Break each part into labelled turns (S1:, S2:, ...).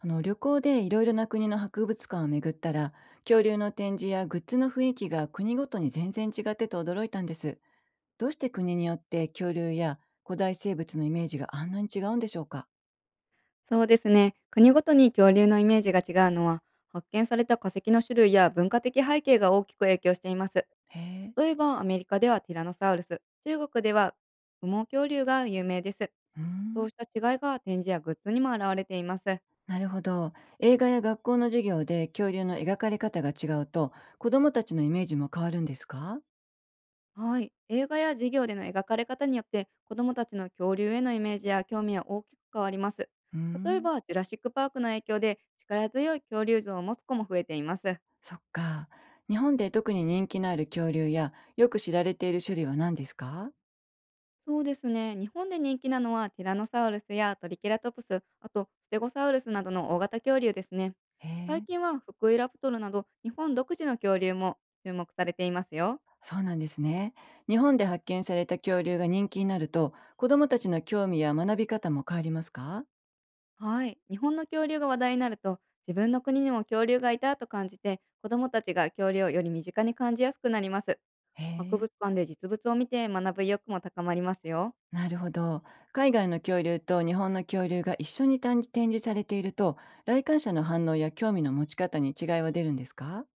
S1: あの旅行でいろいろな国の博物館を巡ったら、恐竜の展示やグッズの雰囲気が国ごとに全然違ってと驚いたんです。どうして国によって恐竜や古代生物のイメージがあんなに違うんでしょうか？
S2: そうですね。国ごとに恐竜のイメージが違うのは、発見された化石の種類や文化的背景が大きく影響しています。
S1: へえ。
S2: 例えば、アメリカではティラノサウルス、中国では羽毛恐竜が有名です。
S1: うー
S2: そ
S1: ん。
S2: うした違いが展示やグッズにも現れています。
S1: なるほど。映画や学校の授業で恐竜の描かれ方が違うと、子どもたちのイメージも変わるんですか？
S2: はい。映画や授業での描かれ方によって、子どもたちの恐竜へのイメージや興味は大きく変わります。
S1: うー
S2: 例え
S1: ん。
S2: ば、ジュラシックパークの影響で力強い恐竜像を持つ子も増えています。
S1: そっか。日本で特に人気のある恐竜やよく知られている種類は何ですか？
S2: そうですね。日本で人気なのはティラノサウルスやトリケラトプス、あとステゴサウルスなどの大型恐竜ですね。
S1: へ
S2: 最
S1: え。
S2: 近はフクイラプトルなど日本独自の恐竜も注目されていますよ。
S1: そうなんですね。日本で発見された恐竜が人気になると、子どもたちの興味や学び方も変わりますか？
S2: はい。日本の恐竜が話題になると、自分の国にも恐竜がいたと感じて、子供たちが恐竜をより身近に感じやすくなります。
S1: へ
S2: 博
S1: え、
S2: 物館で実物を見て学ぶ意欲も高まりますよ。
S1: なるほど。海外の恐竜と日本の恐竜が一緒に展示展示されていると、来館者の反応や興味の持ち方に違いは出るんですか？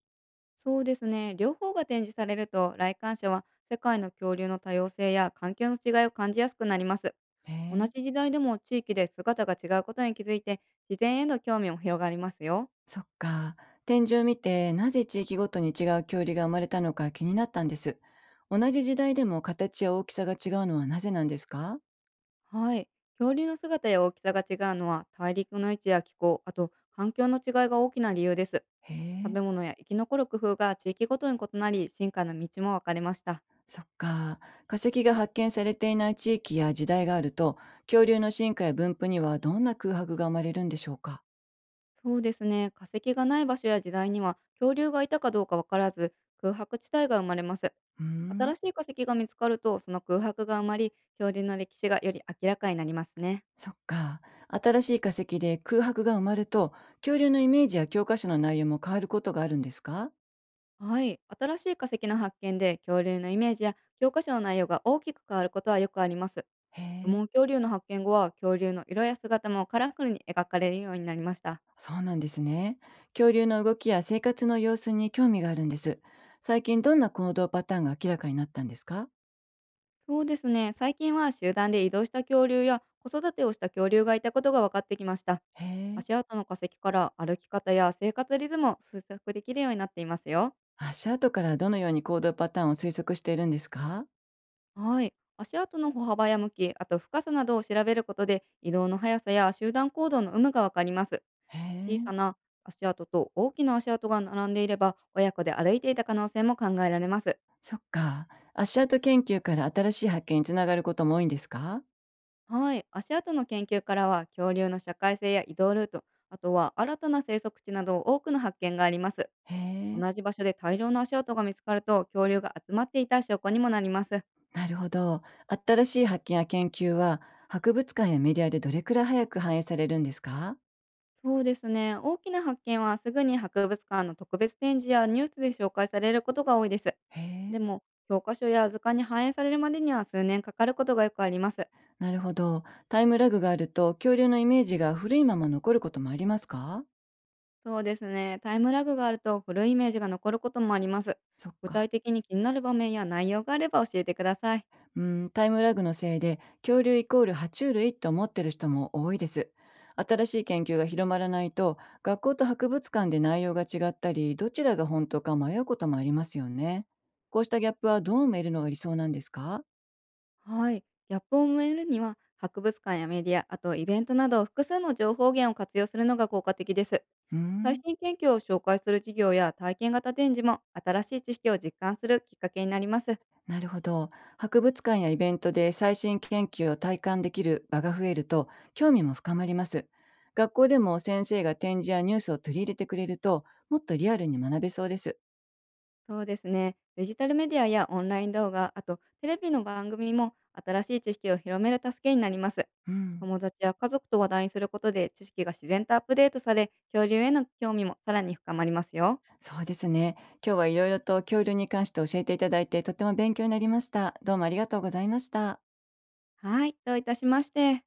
S2: そうですね。両方が展示されると、来館者は世界の恐竜の多様性や環境の違いを感じやすくなります。
S1: へ
S2: 同
S1: え、
S2: じ時代でも地域で姿が違うことに気づいて、自然への興味も広がりますよ。
S1: そっか。展示を見て、なぜ地域ごとに違う恐竜が生まれたのか気になったんです。同じ時代でも形や大きさが違うのはなぜなんですか？
S2: はい。恐竜の姿や大きさが違うのは、大陸の位置や気候、あと環境の違いが大きな理由です。
S1: へ
S2: 食
S1: え。
S2: べ物や生き残る工夫が地域ごとに異なり、進化の道も分かれました。
S1: そっか。化石が発見されていない地域や時代があると、恐竜の進化や分布にはどんな空白が生まれるんでしょうか？
S2: そうですね。化石がない場所や時代には恐竜がいたかどうかわからず、空白地帯が生まれます。
S1: うーん、
S2: 新しい化石が見つかると、その空白が埋まり、恐竜の歴史がより明らかになりますね。
S1: そっか。新しい化石で空白が埋まると、恐竜のイメージや教科書の内容も変わることがあるんですか？
S2: はい。新しい化石の発見で恐竜のイメージや教科書の内容が大きく変わることはよくあります。
S1: へ
S2: 羽毛
S1: え、
S2: 恐竜の発見後は、恐竜の色や姿もカラフルに描かれるようになりました。
S1: そうなんですね。恐竜の動きや生活の様子に興味があるんです。最近どんな行動パターンが明らかになったんですか？
S2: そうですね。最近は集団で移動した恐竜や子育てをした恐竜がいたことが分かってきました。
S1: へえ、
S2: 足跡の化石から歩き方や生活リズムを推測できるようになっていますよ。
S1: 足跡からどのように行動パターンを推測しているんですか？
S2: はい。足跡の歩幅や向き、あと深さなどを調べることで、移動の速さや集団行動の有無がわかります。
S1: へ
S2: 小
S1: え。
S2: さな足跡と大きな足跡が並んでいれば、親子で歩いていた可能性も考えられます。
S1: そっか。アッシャート研究から新しい発見につながることも多いんですか？
S2: はい、足跡の研究からは恐竜の社会性や移動ルート、あとは新たな生息地など多くの発見があります。
S1: へえ、
S2: 同じ場所で大量の足跡が見つかると、恐竜が集まっていた証拠にもなります。
S1: なるほど。新しい発見や研究は、博物館やメディアでどれくらい早く反映されるんですか？
S2: そうですね、大きな発見はすぐに博物館の特別展示やニュースで紹介されることが多いです。
S1: へ
S2: で
S1: え、
S2: も、教科書や図鑑に反映されるまでには数年かかることがよくあります。
S1: なるほど。タイムラグがあると、恐竜のイメージが古いまま残ることもありますか？
S2: そうですね、タイムラグがあると古いイメージが残ることもあります。
S1: そっ
S2: 具体
S1: か。
S2: 的に気になる場面や内容があれば教えてください。
S1: うん、タイムラグのせいで恐竜イコール爬虫類と思ってる人も多いです。新しい研究が広まらないと、学校と博物館で内容が違ったりどちらが本当か迷うこともありますよね。こうしたギャップはどう埋めるのが理想なんですか？
S2: はい。ギャップを埋めるには、博物館やメディア、あとイベントなど複数の情報源を活用するのが効果的です。
S1: う
S2: 最
S1: ん、
S2: 新研究を紹介する授業や体験型展示も、新しい知識を実感するきっかけになります。
S1: なるほど。博物館やイベントで最新研究を体感できる場が増えると、興味も深まります。学校でも先生が展示やニュースを取り入れてくれるともっとリアルに学べそうです。
S2: そうですね。デジタルメディアやオンライン動画、あとテレビの番組も新しい知識を広める助けになります。
S1: うん。
S2: 友達や家族と話題にすることで知識が自然とアップデートされ、恐竜への興味もさらに深まりますよ。
S1: そうですね。今日はいろいろと恐竜に関して教えていただいて、とても勉強になりました。どうもありがとうございました。
S2: はい、どういたしまして。